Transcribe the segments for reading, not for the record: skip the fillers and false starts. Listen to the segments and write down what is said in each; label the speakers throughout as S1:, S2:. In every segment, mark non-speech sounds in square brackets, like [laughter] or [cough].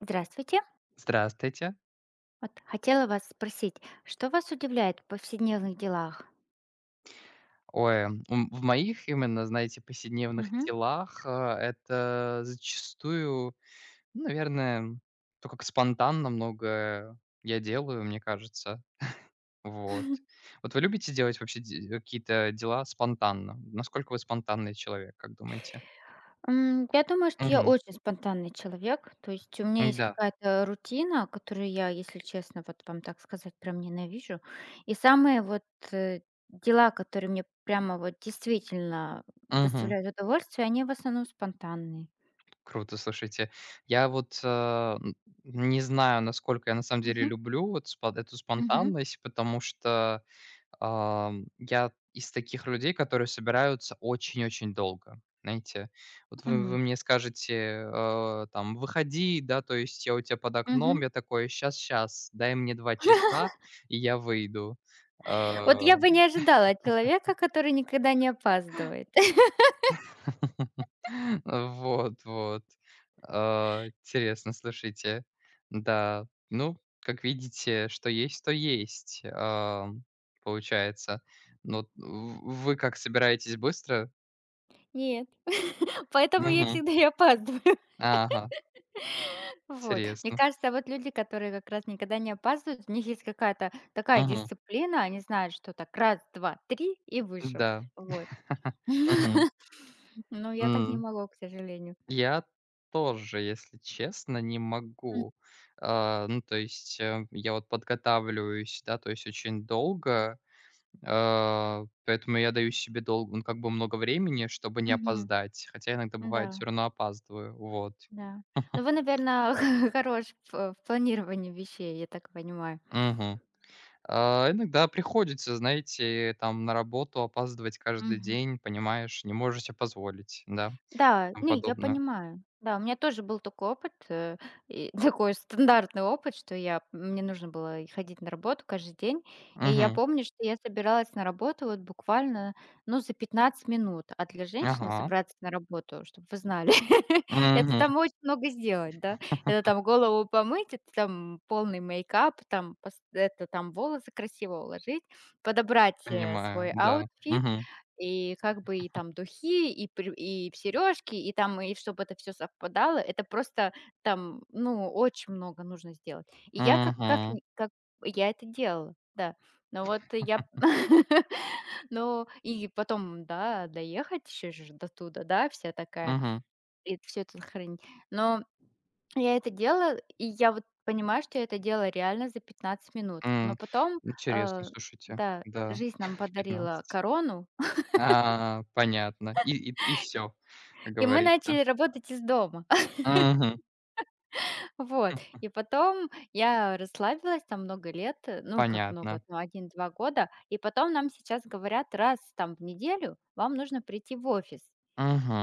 S1: Здравствуйте.
S2: Здравствуйте.
S1: Вот хотела вас спросить, что вас удивляет в повседневных делах?
S2: Ой, м, в моих именно, знаете, повседневных
S1: Мгм.
S2: делах, это зачастую, ну, наверное, то, как спонтанно многое я делаю, мне кажется. Вот. Вот вы любите делать вообще какие-то дела спонтанно? Насколько вы спонтанный человек, как думаете?
S1: Я думаю, что я
S2: Мгм.
S1: очень спонтанный человек. То есть у меня есть
S2: Да.
S1: какая-то рутина, которую я, если честно, вот вам так сказать, прям ненавижу. И самые вот, э, дела, которые мне прямо вот действительно
S2: Мгм.
S1: доставляют удовольствие, они в основном спонтанные.
S2: Круто, слушайте. Я вот, э, н не знаю, насколько я на самом деле
S1: Мгм.
S2: люблю вот спон эту
S1: Мгм.
S2: спонтанность, потому что… Я из таких людей, которые собираются очень-очень долго. Знаете, вот вы
S1: Мгм.
S2: мне скажете, там: "Выходи", да, то есть я у тебя под
S1: Мгм.
S2: окном, я такой: сейчас, сейчас, дай мне два часа, и я выйду".
S1: Вот
S2: Э,
S1: я бы не ожидала от человека, который никогда не опаздывает.
S2: [laughs] вот, вот. Интересно, слушайте. Да, ну, как видите, что есть, то есть, получается. Ну, вот в вы как, собираетесь быстро?
S1: Нет, [laughs] поэтому я всегда и опаздываю. [laughs]
S2: Ага,
S1: Вот. Мне
S2: интересно.
S1: кажется, вот люди, которые как раз никогда не опаздывают, у них есть какая-то такая
S2: Мгм.
S1: дисциплина, они знают, что так раз, два, три и вышел.
S2: Да.
S1: Вот.
S2: Мгм.
S1: [laughs] Но я так не
S2: М.
S1: могу, к сожалению.
S2: Я тоже, если честно, не
S1: М,
S2: могу. А, ну, то есть, я вот подготавливаюсь, да, то есть очень долго, а, поэтому я даю себе дол ну, как бы много времени, чтобы не
S1: мгм.
S2: опоздать, хотя иногда бывает
S1: Да,
S2: все равно опаздываю, вот.
S1: да. Ну вы, наверное, [laughs] хорош в планировании вещей, я так понимаю.
S2: Мгм. А, иногда приходится, знаете, там на работу опаздывать каждый день, понимаешь, не можешь себе позволить, да, и
S1: Да,
S2: тому
S1: не, я
S2: подобное.
S1: понимаю. Да, у меня тоже был такой опыт, и [laughs] такой стандартный опыт, что я мне нужно было и ходить на работу каждый день. И я
S2: Мгм.
S1: помню, что я собиралась на работу вот буквально, ну, за 15 минут. А для женщины
S2: Ага.
S1: собраться на работу, чтобы вы знали, [laughs] это
S2: Мгм.
S1: там очень много сделать, да. Это
S2: [laughs]
S1: там голову помыть, это там полный мейкап, там пос это там волосы красиво уложить, подобрать,
S2: Понимаю,
S1: свой
S2: да.
S1: аутфит.
S2: Мгм.
S1: И как бы и там духи, и сережки, и там, и чтобы это все совпадало. Это просто там, ну, очень много нужно сделать. И я как как
S2: Мгм.
S1: как я это делала, да. Но вот я [laughs] но и потом, да, доехать еще же до туда, да, вся такая,
S2: Мгм.
S1: и все это хранить. Но я это делала, и я вот понимаю, что я это делала реально за 15 минут. Но
S2: М.
S1: потом,
S2: Интересно,
S1: э,
S2: слушайте.
S1: да,
S2: Да,
S1: жизнь нам
S2: в
S1: подарила
S2: 15.
S1: корону.
S2: А, понятно. И все, как
S1: И мы
S2: говорится.
S1: начали работать из дома. [laughs]
S2: Мгм.
S1: Вот.
S2: М,
S1: И потом я расслабилась там много лет, ну, как много,
S2: понятно.
S1: ну, один-два года. И потом нам сейчас говорят, раз там в неделю вам нужно прийти в офис.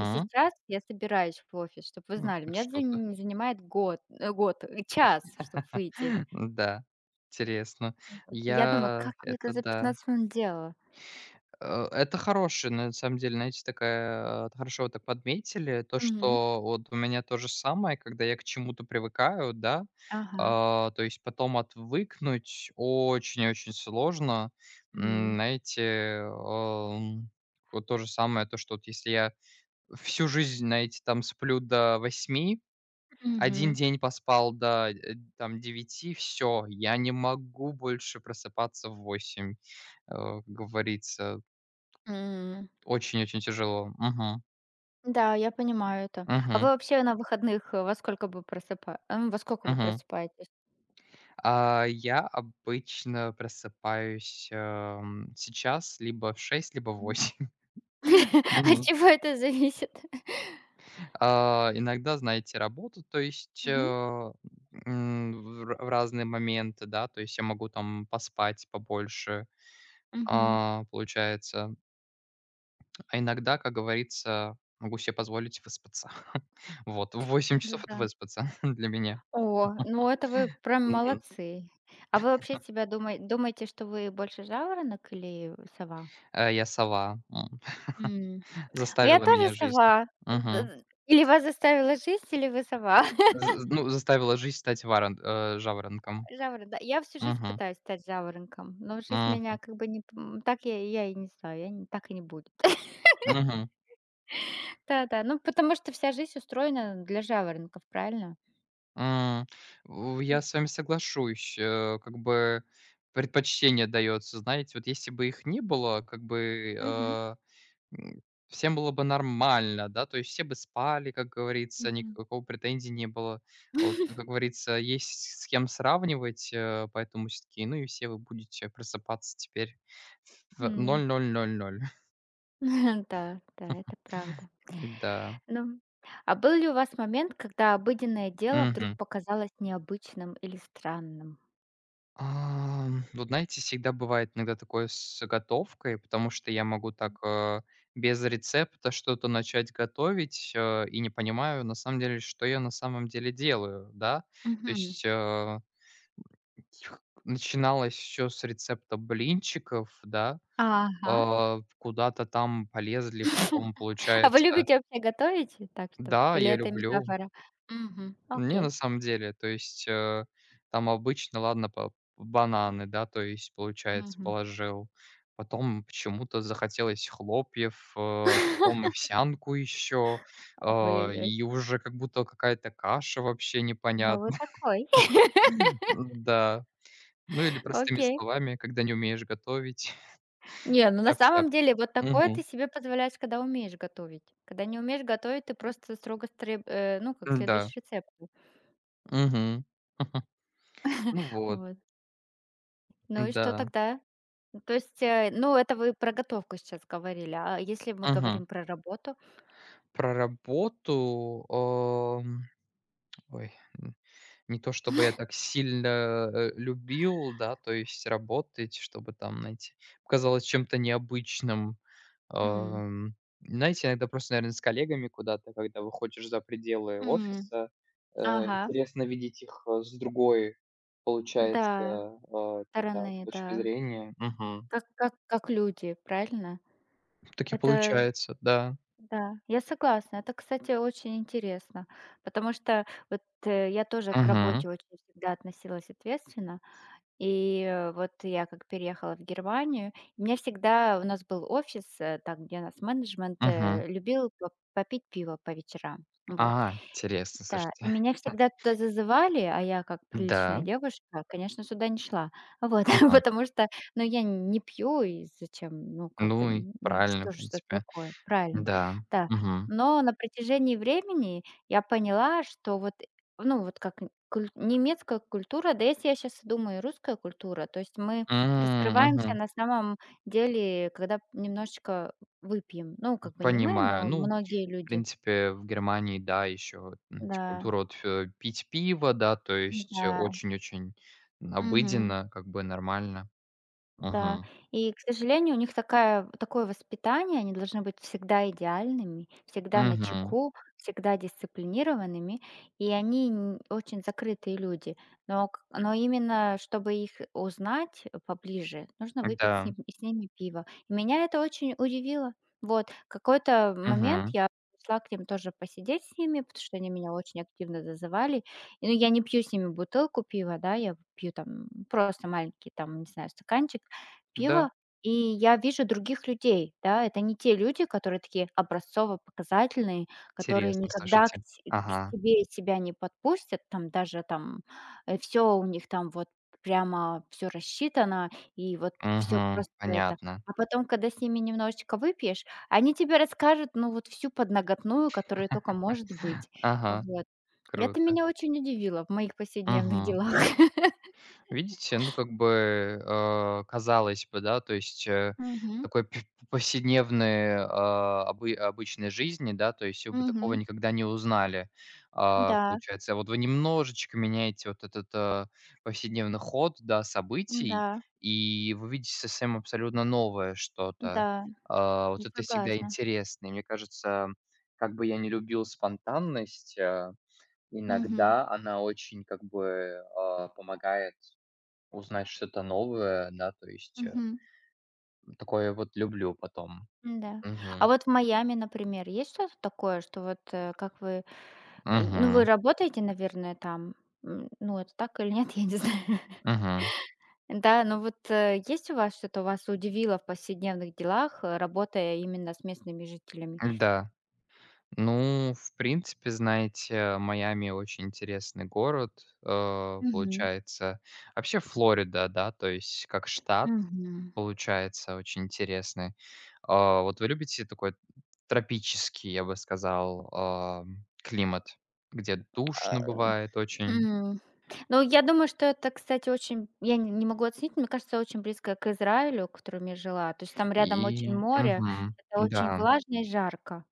S1: И сейчас я собираюсь в офис, чтобы вы знали.
S2: Хоть
S1: Меня
S2: что-то.
S1: занимает год, год, час, чтобы
S2: [laughs]
S1: выйти.
S2: Да, интересно.
S1: И я думаю,
S2: Я
S1: как я это
S2: это
S1: за
S2: да.
S1: 15 минут делала?
S2: Это хороший, на самом деле, знаете, такая, хорошо вы так подметили, то,
S1: Мгм.
S2: что вот у меня то же самое, когда я к чему-то привыкаю, да,
S1: Ага.
S2: то есть потом отвыкнуть очень-очень сложно. М,
S1: М.
S2: знаете, эм, вот то же самое, то, что вот если я всю жизнь, знаете, там сплю до восьми, один
S1: Мгм.
S2: день поспал до, там девяти, все, я не могу больше просыпаться в 8, как говорится.
S1: М.
S2: Очень-очень тяжело. Мгм.
S1: Да, я понимаю это. А вы
S2: Мгм.
S1: вообще на выходных, во сколько вы
S2: Мгм.
S1: просыпаетесь?
S2: А, я обычно просыпаюсь, сейчас либо в 6, либо в
S1: Мгм.
S2: 8.
S1: [laughs] От
S2: Мгм.
S1: чего это зависит?
S2: [laughs] А, иногда, знаете, работу, то есть,
S1: Мгм,
S2: в разные моменты, да, то есть я могу там поспать побольше,
S1: мгм.
S2: получается. А иногда, как говорится, могу себе позволить выспаться. [laughs] Вот, в 8 часов — это
S1: Да-да.
S2: выспаться [laughs] для меня.
S1: О, ну это вы прям
S2: Мгм.
S1: молодцы. А вы вообще себя думаете, что вы больше жаворонок или сова?
S2: Я сова.
S1: М. Я
S2: Заставила
S1: тоже
S2: меня жизнь.
S1: сова.
S2: Мгм.
S1: Д Или вас заставила жизнь, или вы сова? [laughs]
S2: З Ну, заставила жизнь стать жаворонком.
S1: Жаворон, да. Я всю жизнь
S2: Мгм.
S1: пытаюсь стать жаворонком, но жизнь меня
S2: Мгм.
S1: как бы не п м, так я и не знаю, я не так и не буду.
S2: Мгм.
S1: Да-да, ну, потому что вся жизнь устроена для жаворонков, правильно?
S2: М. У
S1: М.
S2: Я с вами соглашусь, как бы предпочтение дается. Знаете, вот если бы их не было, как бы,
S1: Мгм,
S2: э М, всем было бы нормально, да, то есть все бы спали, как говорится,
S1: мгм.
S2: никакого претензий не было. Вот,
S1: [laughs]
S2: как говорится, есть с кем сравнивать, поэтому все такие, ну и все вы будете просыпаться теперь в
S1: М.
S2: ноль ноль ноль ноль.
S1: [laughs] Да, да, это правда.
S2: [laughs] Да.
S1: Ну, а был ли у вас момент, когда обыденное дело вдруг
S2: Мгм.
S1: показалось необычным или странным?
S2: Вот знаете, всегда бывает иногда такое с готовкой, потому что я могу
S1: М.
S2: так, без рецепта что-то начать готовить, и не понимаю, на самом деле, что я на самом деле делаю, да. То
S1: Мгм.
S2: есть, э, Тих начиналось все с рецепта блинчиков, да.
S1: Ага.
S2: А, куда-то там полезли
S1: [laughs]
S2: потом,
S1: А вы
S2: получается…
S1: любите вообще готовить? Так что
S2: Да,
S1: или
S2: я
S1: это
S2: люблю.
S1: метафора? Мгм.
S2: Не, на
S1: Окей.
S2: самом деле, то есть, там обычно, ладно, по бананы, да, то есть, получается,
S1: Мгм.
S2: положил. Потом почему-то захотелось хлопьев, потом овсянку еще,
S1: Ой-ой-ой.
S2: и уже как будто какая-то каша вообще
S1: Ну, вы
S2: непонятно.
S1: такой. [laughs]
S2: [laughs] Да. Ну или простыми
S1: Окей.
S2: словами, когда не умеешь готовить, [laughs]
S1: Не, ну на
S2: тяп-сяп.
S1: самом деле вот такое
S2: Мгм.
S1: ты себе позволяешь, когда умеешь готовить. Когда не умеешь готовить, ты просто ну, как следуешь
S2: Да.
S1: рецепту.
S2: Мгм. [laughs] Ну вот,
S1: Вот. Ну и что
S2: да.
S1: тогда? Ну, то есть, ну, это вы про готовку сейчас говорили, а если мы
S2: Мгм.
S1: говорим про работу?
S2: Про работу, ой, м, не то чтобы я так сильно, любил, да, то есть работать, чтобы там, знаете, казалось чем-то необычным.
S1: М,
S2: Ам, Знаете, иногда просто, наверное, с коллегами куда-то, когда выходишь за пределы
S1: м,
S2: офиса, э,
S1: ага,
S2: интересно видеть их, с другой, получается,
S1: да,
S2: этой, да,
S1: стороны,
S2: точки
S1: да.
S2: зрения. Мгм.
S1: Как люди, правильно?
S2: Так и
S1: Это
S2: получается, да.
S1: да, я согласна. Это, кстати, очень интересно, потому что вот, я тоже к
S2: Мгм,
S1: работе очень всегда относилась ответственно. И, вот я как переехала в Германию, у меня всегда у нас был офис, там, где у нас менеджмент,
S2: мгм.
S1: любил по попить пиво по вечерам. Вот.
S2: А, интересно,
S1: Да,
S2: слушайте.
S1: и меня
S2: [laughs]
S1: всегда туда зазывали, а я, как приличная
S2: Да,
S1: девушка, конечно, сюда не шла. Вот,
S2: мгм.
S1: [laughs] потому что, ну, я не пью, и зачем, ну, как бы,
S2: Ну и
S1: н ну,
S2: правильно, в
S1: что же это
S2: принципе.
S1: такое? Правильно,
S2: Да,
S1: да.
S2: мгм.
S1: Но на протяжении времени я поняла, что вот, ну, вот как куль немецкая культура, да, если я сейчас думаю, и русская культура, то есть мы
S2: М,
S1: раскрываемся
S2: мгм.
S1: на самом деле, когда немножечко выпьем. Ну, как бы не мы,
S2: Понимаю.
S1: но
S2: Ну, в
S1: многие люди.
S2: принципе, в Германии, да, еще,
S1: Да,
S2: культура вот, пить пиво, да, то есть
S1: да.
S2: очень-очень
S1: Мгм.
S2: обыденно, как бы нормально.
S1: Да,
S2: Мгм,
S1: и, к сожалению, у них такая такое воспитание, они должны быть всегда идеальными, всегда на
S2: мгм.
S1: чеку всегда дисциплинированными, и они н очень закрытые люди. Но именно, чтобы их узнать поближе, нужно выпить с
S2: Да,
S1: ним с ними пиво. И меня это очень удивило. Вот, какой-то момент
S2: мгм.
S1: я пришла к ним тоже посидеть с ними, потому что они меня очень активно зазывали. И, ну, я не пью с ними бутылку пива, да, я пью там просто маленький там, не знаю, стаканчик
S2: Да,
S1: пиво, и я вижу других людей, да. Это не те люди, которые такие образцово-показательные, которые
S2: интересно,
S1: никогда к
S2: слушайте.
S1: те к
S2: Ага,
S1: тебе себя не подпустят, там даже там, все у них там вот прямо все рассчитано, и вот все
S2: мгм,
S1: просто это.
S2: понятно.
S1: А потом, когда с ними немножечко выпьешь, они тебе расскажут, ну, вот всю подноготную, которая только может быть.
S2: [laughs] Ага,
S1: Вот. Это
S2: круто.
S1: меня очень удивило в моих повседневных
S2: Мгм.
S1: делах. [laughs]
S2: Видите, ну, как бы, казалось бы, да, то есть,
S1: Мгм.
S2: такой пе повседневной, обычной жизни, да, то есть вы бы такого
S1: Мгм.
S2: никогда не узнали. А,
S1: Да,
S2: получается, а вот вы немножечко меняете вот этот, повседневный ход, да,
S1: да
S2: событий, и вы видите совсем абсолютно новое
S1: Да,
S2: что-то. А,
S1: я
S2: вот это всегда
S1: согласна.
S2: интересно. И мне кажется, как бы я не любил спонтанность, а
S1: Мгм.
S2: иногда она очень как бы, помогает узнать что-то новое, да, то есть,
S1: Мгм.
S2: такое вот люблю потом.
S1: Да А
S2: Мгм.
S1: вот в Майами, например, есть что-то такое, что вот, как вы, ну, вы
S2: Мгм.
S1: работаете, наверное, там? М, ну, это так или нет, [laughs] я не знаю.
S2: Мгм.
S1: Да, но вот, есть у вас что-то, вас удивило в повседневных делах, работая именно с местными жителями?
S2: Да. Ну, в принципе, знаете, Майами очень интересный город,
S1: Мгм.
S2: получается. Вообще Флорида, да, то есть как штат,
S1: Мгм.
S2: получается, очень интересный. А, вот вы любите такой тропический, я бы сказал, климат, где
S1: А
S2: душно бывает очень.
S1: М. Ну, я думаю, что это, кстати, очень, я не могу оценить, мне кажется, очень близко к Израилю, в котором я жила. То есть там
S2: И
S1: рядом очень море,
S2: мгм,
S1: это очень
S2: да,
S1: влажно и жарко.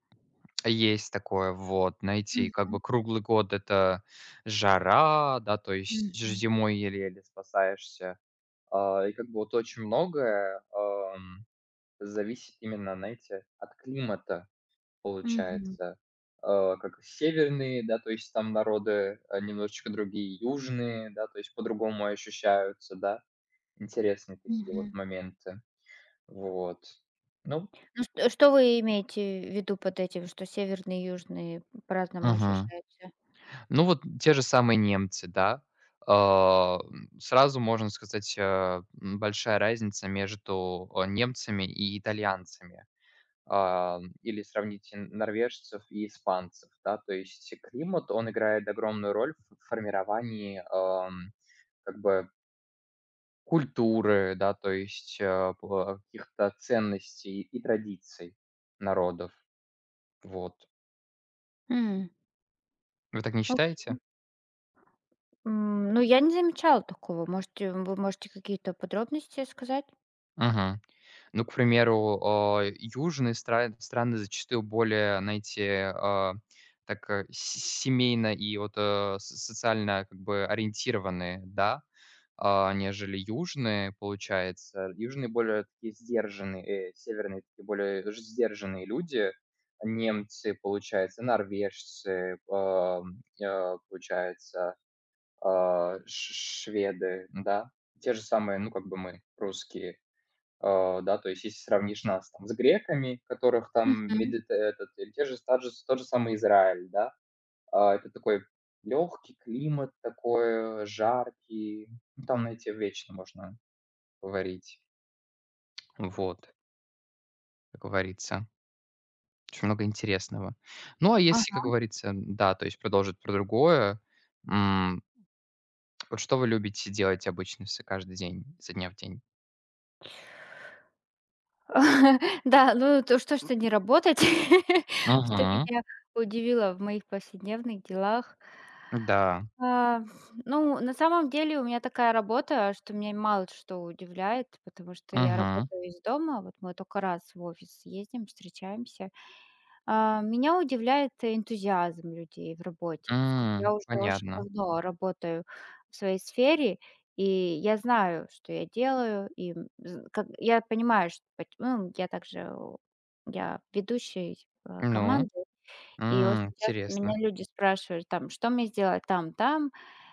S2: есть такое, вот, найти как
S1: Мгм,
S2: бы круглый год это жара, да, то есть ж
S1: мгм,
S2: зимой еле-еле спасаешься. А, и как бы вот очень многое, зависит именно, знаете, от климата
S1: мгм,
S2: получается. А, как северные, да, то есть там народы, немножечко другие, южные, да, то есть по-другому ощущаются, да. Интересные такие вот
S1: мгм.
S2: моменты. Вот. Ну.
S1: Ну, что вы имеете в виду под этим, что северные и южные по-разному
S2: Мгм.
S1: ощущаются?
S2: Ну вот те же самые немцы, да. Сразу можно сказать, большая разница между, немцами и итальянцами. Или сравните норвежцев и испанцев, да. То есть климат, он играет огромную роль в формировании, как бы культуры, да, то есть, э, п каких-то ценностей и традиций народов. Вот.
S1: М,
S2: Вы так не считаете?
S1: окей. М, ну, я не замечала такого. Можете вы можете какие-то подробности сказать?
S2: Ну, к примеру, южные страны зачастую более, знаете, се семейно и вот, э, со социально как бы ориентированные, да, а, нежели южные, получается. Южные более такие сдержанные, северные такие более ж сдержанные люди. Немцы, получается, норвежцы, получается, а, ш шведы, да. Те же самые, ну, как бы мы, русские. А, да, то есть если сравнишь нас там с греками, которых там
S1: Мгм.
S2: медит этот, или те же тот же тот же самый Израиль, да. А, это такой легкий климат, такой жаркий. Ну, там, на эти вечно можно говорить. Вот, как говорится. Очень много интересного. Ну, а если, как говорится, да, то есть продолжить про другое, м, вот что вы любите делать обычно с каждый день, изо дня в день?
S1: [laughs] Да, ну то что то не работать, [laughs] что
S2: Мгм.
S1: меня удивило в моих повседневных делах.
S2: Да.
S1: А, ну, на самом деле у меня такая работа, что меня мало что удивляет, потому что я
S2: Мгм.
S1: работаю из дома. Вот мы только раз в офис ездим, встречаемся. А, меня удивляет энтузиазм людей в работе, поскольку я уже очень
S2: Понятно.
S1: давно работаю в своей сфере, и я знаю, что я делаю, и, м, з как я понимаю, что пот ну, я также, я ведущий,
S2: Ну?
S1: команды. И очень
S2: М,
S1: часто меня
S2: интересно.
S1: люди спрашивают там: "Что мне сделать там, там?"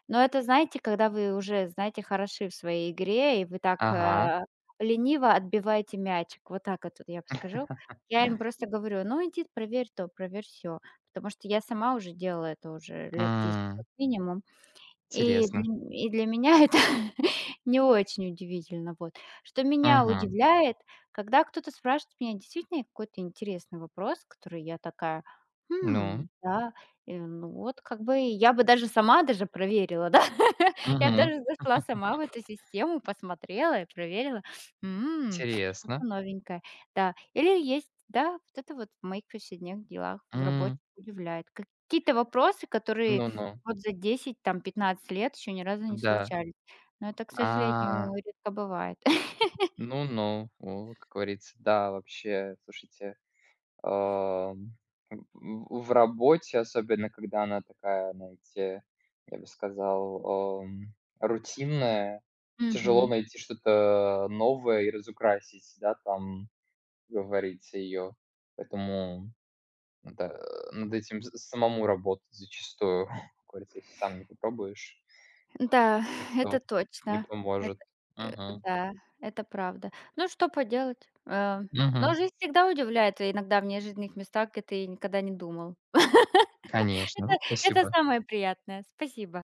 S1: Но это, знаете, когда вы уже, знаете, хороши в своей игре, и вы так,
S2: Ага.
S1: лениво отбиваете мячик. Вот так вот я бы скажу.
S2: [laughs]
S1: Я им просто говорю: "Ну, иди проверь то, проверь все, потому что я сама уже делала это уже лет 10 как
S2: М,
S1: минимум. И
S2: интересно.
S1: для и для меня [laughs] это не очень удивительно, вот. Что меня
S2: Мгм.
S1: удивляет, когда кто-то спрашивает меня действительно какой-то интересный вопрос, который я такая: "Хм,
S2: Ну.
S1: да, ну вот как бы я бы даже сама даже проверила, да". [laughs] Я б
S2: Мгм.
S1: даже зашла
S2: [laughs]
S1: сама в эту систему, посмотрела и проверила. Что-то
S2: Интересно.
S1: новенькое. Да. Или есть, да, вот это вот в моих повседневных делах, в работе
S2: М,
S1: удивляет. Какие-то вопросы, которые
S2: ну-ну.
S1: вот за 10 там 15 лет еще ни разу не
S2: Да.
S1: случались. Но это, к
S2: А,
S1: сожалению, редко бывает. [laughs]
S2: ну-ну. О, как говорится, да, вообще, слушайте, ам, в работе, особенно когда она такая, знаете, я бы сказал, ам, рутинная, тяжело
S1: Мгм.
S2: найти что-то новое и разукрасить, да, там, как говорится, ее. Поэтому надо, над этим с самому работать зачастую. [laughs] Как говорится, если сам не попробуешь,
S1: Да, это
S2: никто не
S1: точно. Это,
S2: поможет. Мгм.
S1: да, это правда. Ну, что поделать? Но
S2: Мгм.
S1: жизнь всегда удивляет, и иногда в неожиданных местах, где ты никогда не думал. [laughs]
S2: Конечно.
S1: Это это
S2: Спасибо.
S1: самое приятное. Спасибо.